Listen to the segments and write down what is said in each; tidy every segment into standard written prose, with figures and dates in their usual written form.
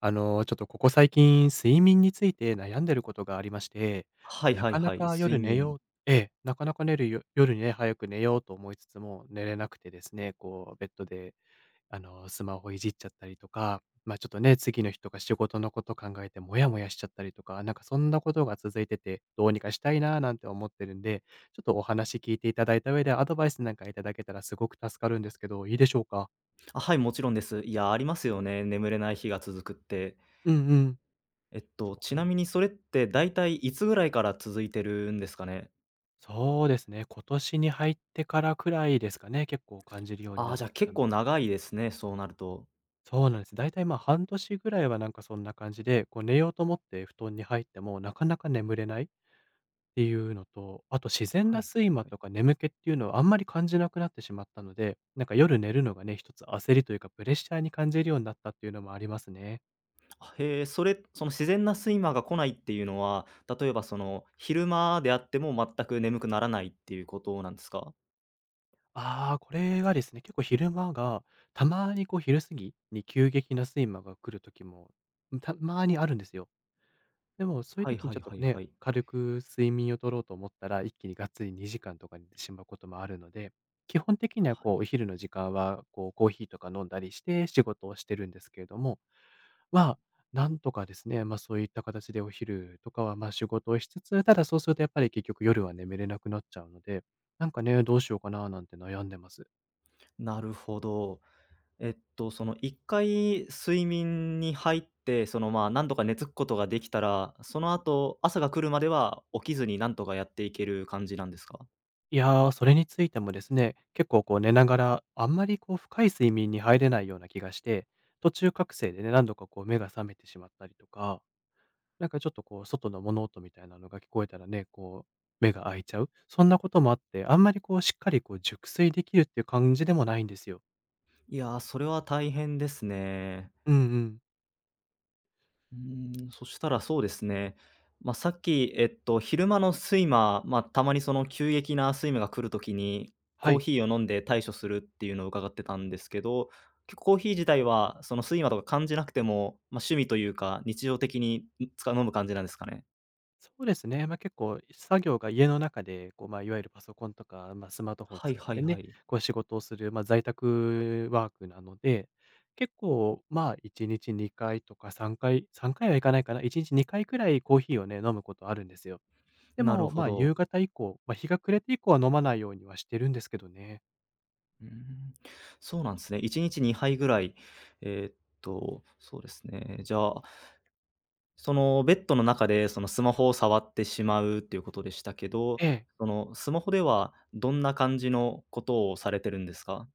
ちょっとここ最近、睡眠について悩んでることがありまして、なかなはい、か睡夜寝眠。ようええ、なかなか寝るよ夜ね、早く寝ようと思いつつも寝れなくてですね、こうベッドで、スマホいじっちゃったりとか、ま、ちょっとね、次の日とか仕事のこと考えてモヤモヤしちゃったりとか、なんかそんなことが続いてて、どうにかしたいなーなんて思ってるんで、ちょっとお話聞いていただいた上でアドバイスなんかいただけたらすごく助かるんですけど、いいでしょうか？あ、はい、もちろんです。いや、ありますよね、眠れない日が続くって。うんうん。ちそなうみにそれって大体いいつぐらいから続いてるんですかね？そうですね、今年に入ってからくらいですかね、結構感じるようにあなあ、っじゃあてきた結の構は。長いですね、そうなると。そうなんです。だいたい、ま、半年ぐらいはなんかそんな感じで、こう寝ようと思って布団に入ってもなかなか眠れないっていうのと、あと自然はいなはい睡魔はい。とか眠気っていうのをあんまり感じなくなってしまったので、なんか夜寝るのがね、一つ焦りというか、プレッシャーに感じるようになったっていうのもありますね。あ、へえ、それ、その自然な睡魔が来ないっていうのは、例えば、昼間であっても全く眠くならないっていうことなんですか？ああ、これがですね、結構昼間が、たまにこう昼過ぎに急激な睡魔が来る時も、たまにあるんですよ。でも、そういうはい時にはちょいっとはいね、はい。軽く睡眠を取ろうと思ったら、一気にがっつり2時間とか寝てしまうこともあるので、基本的にはこう、お昼の時間は、こう、コーヒーとか飲んだりして仕事をしてるんですけれども、まあ、なんとかですね、まあ、そういった形でお昼とかは、ま、仕事をしつつ、ただそうするとやっぱり結局夜は眠れなくなっちゃうので、なんかね、どうしようかななんて悩んでます。なるほど。その1回睡眠に入って、なんとか寝つくことができたら、その後、朝が来るまでは起きずになんとかやっていける感じなんですか？いやー、それについてもですね、結構こう寝ながら、あんまりこう深い睡眠に入れないような気がして、途中覚醒でね、何度かこう目が覚めてしまったりとか、なんかちょっとこう外の物音みたいなのが聞こえたらね、こう目が開いちゃう、そんなこともあって、あんまりこうしっかりこう熟睡できるっていう感じでもないんですよ。いやー、それは大変ですね。うんうん。うーん、そしたらそうですね、さっき、昼間の睡魔、まあ、たまにその急激な睡魔が来るときに、はコーい。ヒーを飲んで対処するっていうのを伺ってたんですけど、結構コーヒー自体は、その睡魔とか感じなくても、まあ、趣味というか、日常的に飲む感じなんですかね？そうですね。まあ、結構作業が家の中で、こう、まあ、いわゆるパソコンとか、まあ、スマートフォンをはい使っはいてはね、い。こう仕事をする、まあ、在宅ワークなので、結構、まあ、1日2回とか3回、3回はいかないかな、1日2回くらいコーヒーをね、飲むことあるんですよ。でなるも、ほまあ、ど。夕方以降、まあ、日が暮れて以降は飲まないようにはしてるんですけどね。うーん、そうなんですね。1日2杯ぐらい、えーっそうですね。じゃあ、そのベッドの中で、そのスマホを触ってしまうっていうことでしたけど、ええ。そのスマホではどんな感じのことをされてるんですか？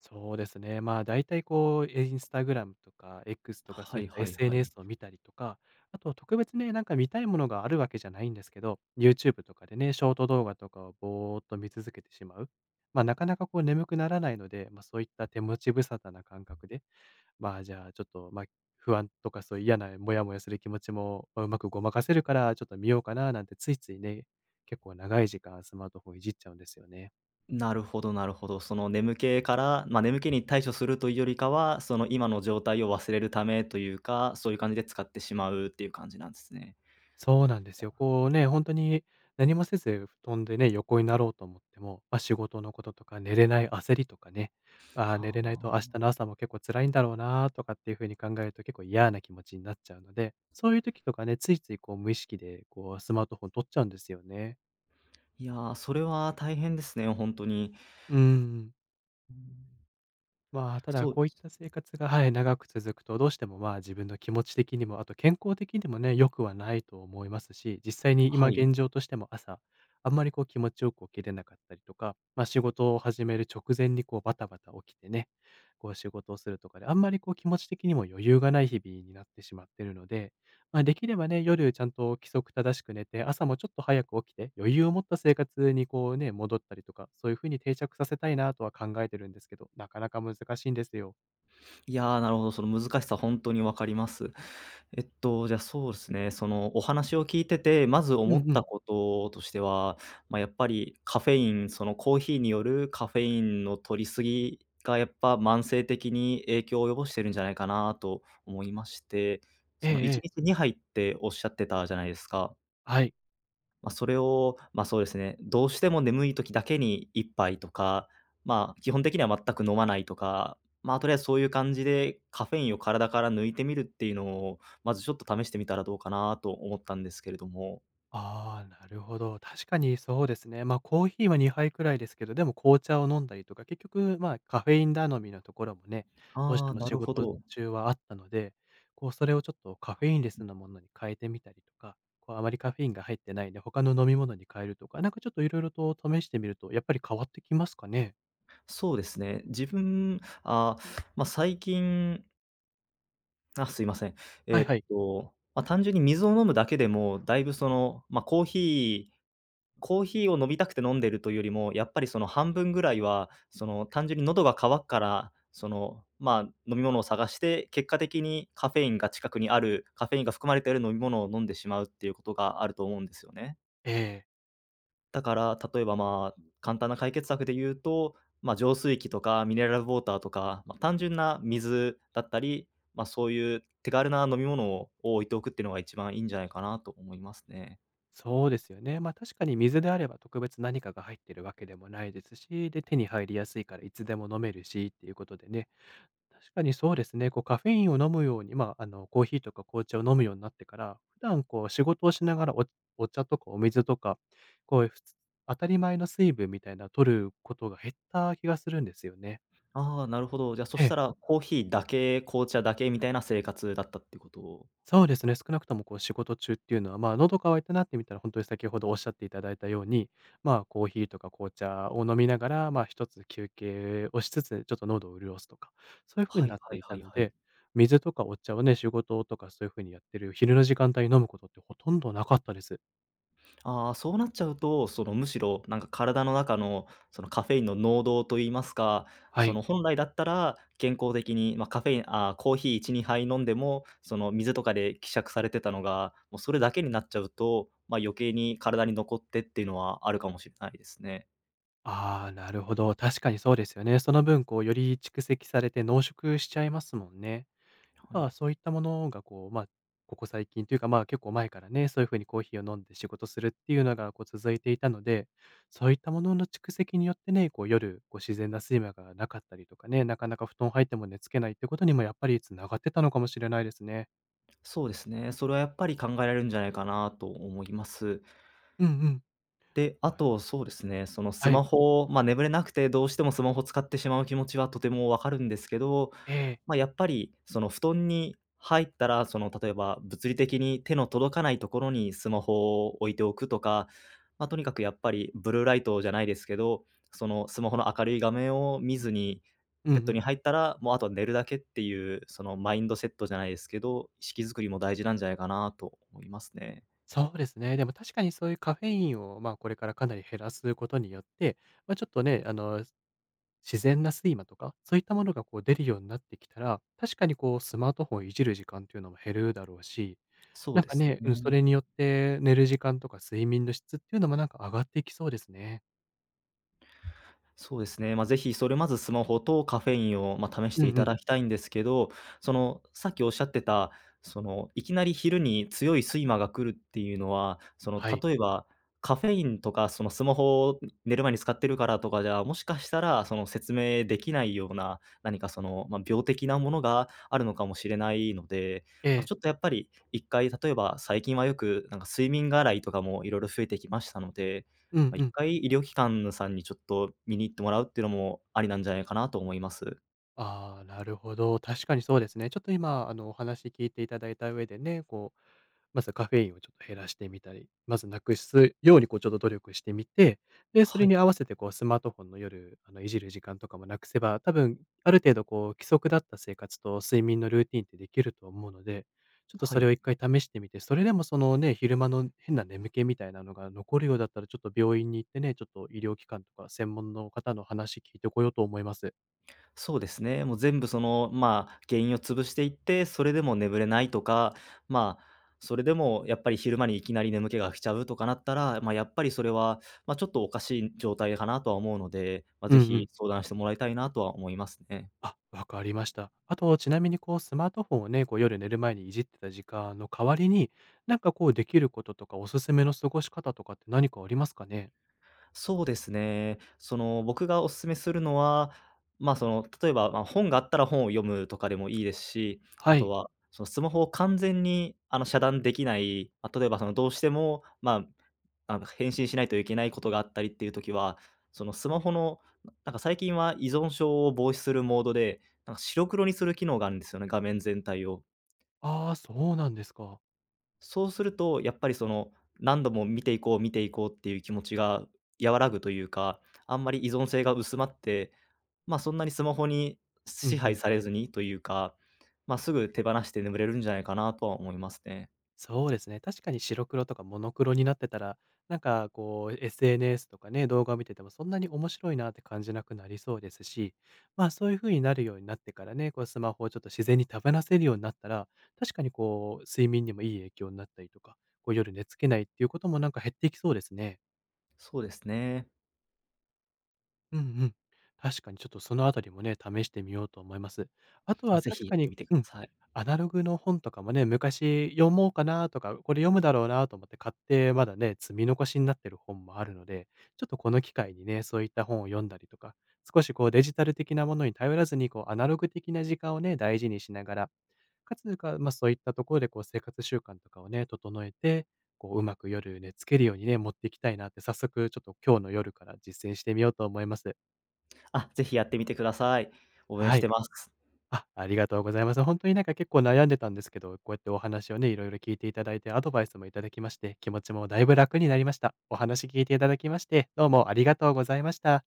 そうですね。まあ、大体こう、インスタグラムとか X とかはそういいった はいはい。SNS を見たりとか、あと特別ね、なんか見たいものがあるわけじゃないんですけど、YouTube とかでね、ショート動画とかをぼーっと見続けてしまう。まあ、なかなかこう眠くならないので、まあ、そういった手持ち無沙汰な感覚で、まあ、じゃあちょっと、まあ、不安とかそういう嫌なモヤモヤする気持ちも、まあ、うまくごまかせるから、ちょっと見ようかななんてついついね、結構長い時間スマートフォンいじっちゃうんですよね。なるほどなるほど。その眠気から、まあ、眠気に対処するというよりかは、その今の状態を忘れるためというか、そういう感じで使ってしまうっていう感じなんですね。そうなんですよ。こうね、本当に何もせず布団でね、横になろうと思っても、まあ、仕事のこととか寝れない焦りとかね、あー寝はれないと明日あ。の朝も結構辛いんだろうなとかっていう風に考えると結構嫌な気持ちになっちゃうので、そういう時とかね、ついついこう無意識でこうスマートフォン取っちゃうんですよね。いやー、それは大変ですね、本当に。うん。うん。まあ、ただそうでこういっすた生活が、はい、長く続くと、どうしても、まあ、自分の気持ち的にも、あと健康的にもね、良くはないと思いますし、実際に今はい。現状としても朝、あんまりこう気持ちよく起きれなかったりとか、まあ、仕事を始める直前にこうバタバタ起きてね、こう仕事をするとかで、あんまりこう気持ち的にも余裕がない日々になってしまってるので、まあ、できればね、夜ちゃんと規則正しく寝て、朝もちょっと早く起きて、余裕を持った生活にこうね、戻ったりとか、そういう風に定着させたいなとは考えてるんですけど、なかなか難しいんですよ。いやー、なるほど、その難しさ本当にわかります。じゃあ、そうですね、そのお話を聞いてて、まずう思っんうん。たこととしては、まあ、やっぱりカフェイン、そのコーヒーによるカフェインの摂りすぎがやっぱ慢性的に影響を及ぼしてるんじゃないかなと思いまして、えそえのえ1え。日2杯っておっしゃってたじゃないですか。はい。まあ、それを、そうですね、どうしても眠い時だけに一杯とか、まあ、基本的には全く飲まないとか、まあ、とりあえずそういう感じでカフェインを体から抜いてみるっていうのを、まずちょっと試してみたらどうかなと思ったんですけれども。ああ、なるほど。確かにそうですね。まあ、コーヒーは2杯くらいですけど、でも紅茶を飲んだりとか、結局、まあ、カフェイン頼みのところもね、どうしあてあ、もな仕るほ事ど。中はあったので、こう、それをちょっとカフェインレスなものに変えてみたりとか、こう、あまりカフェインが入ってないね、他の飲み物に変えるとか、なんかちょっといろいろと試してみると、やっぱり変わってきますかね？そうですね。自分、ああ、まあ、最近あ、すいません。はいはい。まあ、単純に水を飲むだけでも、だいぶその、まあ、ーコーヒーを飲みたくて飲んでるというよりも、やっぱりその半分ぐらいは、その単純に喉が渇くから、その、まあ、飲み物を探して、結果的にカフェインが近くにある、カフェインが含まれている飲み物を飲んでしまうっていうことがあると思うんですよね。ええ、だから、例えば、まあ、簡単な解決策で言うと、まあ、浄水器とかミネラルウォーターとか、まあ、単純な水だったり、まあ、そういう手軽な飲み物を置いておくっていうのが一番いいんじゃないかなと思いますね。そうですよね。ま、確かに水であれば特別何かが入ってるわけでもないですし、で、手に入りやすいからいつでも飲めるしっていうことでね、確かにそうですね。こう、カフェインを飲むように、まあ、コーヒーとか紅茶を飲むようになってから、普段こう仕事をしながらお茶とかお水とか、こう、当たり前の水分みたいな取ることが減った気がするんですよね。ああ、なるほど。じゃあ、そしええ、たらコーヒーだけ、紅茶だけみたいな生活だったってことそうですね、少なくともこう仕事中っていうのは、まあ、喉乾いたなってみたら、本当に先ほどおっしゃっていただいたように、まあ、コーヒーとか紅茶を飲みながら、まあ、一つ休憩をしつつ、ちょっと喉を潤すとか、そういう風はにないっはていいはたいのはい。で、水とかお茶をね、仕事とかそういう風にやってる昼の時間帯に飲むことってほとんどなかったです。ああ、そうなっちゃうと、むしろ、体の中の、その、カフェインの濃度といいますか、はそい。の、本来だったら健康的に、まあ、カフェインああ、コーヒー1、2杯飲んでも、その、水とかで希釈されてたのが、もうそれだけになっちゃうと、まあ、余計に体に残ってっていうのはあるかもしれないですね。ああ、なるほど、確かにそうですよね。その分こうより蓄積されて濃縮しちゃいますもんね。はやっい。ぱそういったものがこう、まあ、ここ最近というか、まあ、結構前からね、そういう風にコーヒーを飲んで仕事するっていうのがこう続いていたので、そういったものの蓄積によってね、こう夜、こう自然な睡魔がなかったりとかね、なかなか布団入っても寝付けないってことにもやっぱり繋がってたのかもしれないですね。そうですね、それはやっぱり考えられるんじゃないかなと思います。うんうん。で、あなると、ほそうど。ですね、そのスはマい。ホまあ、眠れなくて、どうしてもスマホ使ってしまう気持ちはとてもわかるんですけど、ええ。まあ、やっぱりその布団に入ったら、その例えば物理的に手の届かないところにスマホを置いておくとか、まあ、とにかくやっぱりブルーライトじゃないですけど、そのスマホの明るい画面を見ずに、うんうベッドん。に入ったら、もうあとは寝るだけっていう、そのマインドセットじゃないですけど、意識作りも大事なんじゃないかなと思いますね。そうですね。でも確かにそういうカフェインを、まあ、これからかなり減らすことによって、まあ、ちょっとね、自然な睡魔とか、そういったものがこう出るようになってきたら、確かにこうスマートフォンいじる時間っていうのも減るだろうし、そうなんでかすね、うん、そね。れによって寝る時間とか睡眠の質っていうのもなんか上がっていきそうですね。そうですね。まあ、ぜひそれまずスマホとカフェインを、まあ、試しうんていうたん。だきたいんですけど、その、さっきおっしゃってた、その、いきなり昼に強い睡魔が来るっていうのは、その、はい。例えばカフェインとか、その、スマホを寝る前に使ってるからとかじゃ、もしかしたら、その、説明できないような、何か、その、まあ、病的なものがあるのかもしれないので、えまあ、え。ちょっとやっぱり一回例えば最近はよく、なんか、睡眠がらいとかもいろいろ増えてきましたので、うんまあ、う一ん。回医療機関さんにちょっと見に行ってもらうっていうのもありなんじゃないかなと思います。ああ、なるほど。確かにそうですね。ちょっと今、お話聞いていただいた上でね、こうまずカフェインをちょっと減らしてみたり、まずなくすようにこうちょっと努力してみて、で、そはれい、に合わせてこうスマートフォンの夜、いじる時間とかもなくせば、多分ある程度こう規則だった生活と睡眠のルーティンってできると思うので、ちょっとはそれい。を一回試してみて、それでもそのね、昼間の変な眠気みたいなのが残るようだったら、ちょっと病院に行ってね、ちょっと医療機関とか専門の方の話聞いてこようと思います。そうですね。もう全部その、まあ、原因を潰していって、それでも眠れないとか、まあ、それでもやっぱり昼間にいきなり眠気が来ちゃうとかなったら、まあ、やっぱりそれは、まあ、ちょっとおかしい状態かなとは思うので、まあ、うぜんうひん。相談してもらいたいなとは思いますね。あ、わかりました。あと、ちなみにこうスマートフォンをね、こう夜寝る前にいじってた時間の代わりに、なんかこうできることとかおすすめの過ごし方とかって何かありますかね？そうですね。その、僕がお勧めするのは、まあ、その、例えば、まあ、本があったら本を読むとかでもいいですし、あはとい。は、その、スマホを完全に、あの、遮断できない、まあ、例えば、その、どうしても、まあ、あの、返信しないといけないことがあったりっていう時は、その、スマホの、なんか、最近は依存症を防止するモードで、なんか、白黒にする機能があるんですよね、画面全体を。ああ、そうなんですか。そうすると、やっぱりその、何度も見ていこうっていう気持ちが和らぐというか、あんまり依存性が薄まって、ま、そんなにスマホにう支んう配ん。されずにというか、ま、すぐ手放して眠れるんじゃないかなとは思いますね。そうですね。確かに白黒とかモノクロになってたら、なんかこう SNS とかね、動画を見ててもそんなに面白いなって感じなくなりそうですし、まあそういう風になるようになってからね、こうスマホをちょっと自然に手放せるようになったら、確かにこう睡眠にもいい影響になったりとか、こう夜寝つけないっていうこともなんか減っていきそうですね。そうですね。うんうん。確かにちょっとそのあたりもね、試してみようと思います。あとあ、はぜ確ひやかってに、みてくだうん、さい。アナログの本とかもね、昔読もうかなとか、これ読むだろうなと思って買って、まだね、積み残しになってる本もあるので、ちょっとこの機会にね、そういった本を読んだりとか、少しこうデジタル的なものに頼らずに、こうアナログ的な時間をね、大事にしながら、かつか、まあそういったところでこう生活習慣とかをね、整えて、こううまく夜寝つけるようにね、持っていきたいなって、早速ちょっと今日の夜から実践してみようと思います。あ、ぜひやってみてください。応援はしい。てます。あ、ありがとうございます。本当になんか結構悩んでたんですけど、こうやってお話をね、いろいろ聞いていただいて、アドバイスもいただきまして、気持ちもだいぶ楽になりました。お話聞いていただきまして、どうもありがとうございました。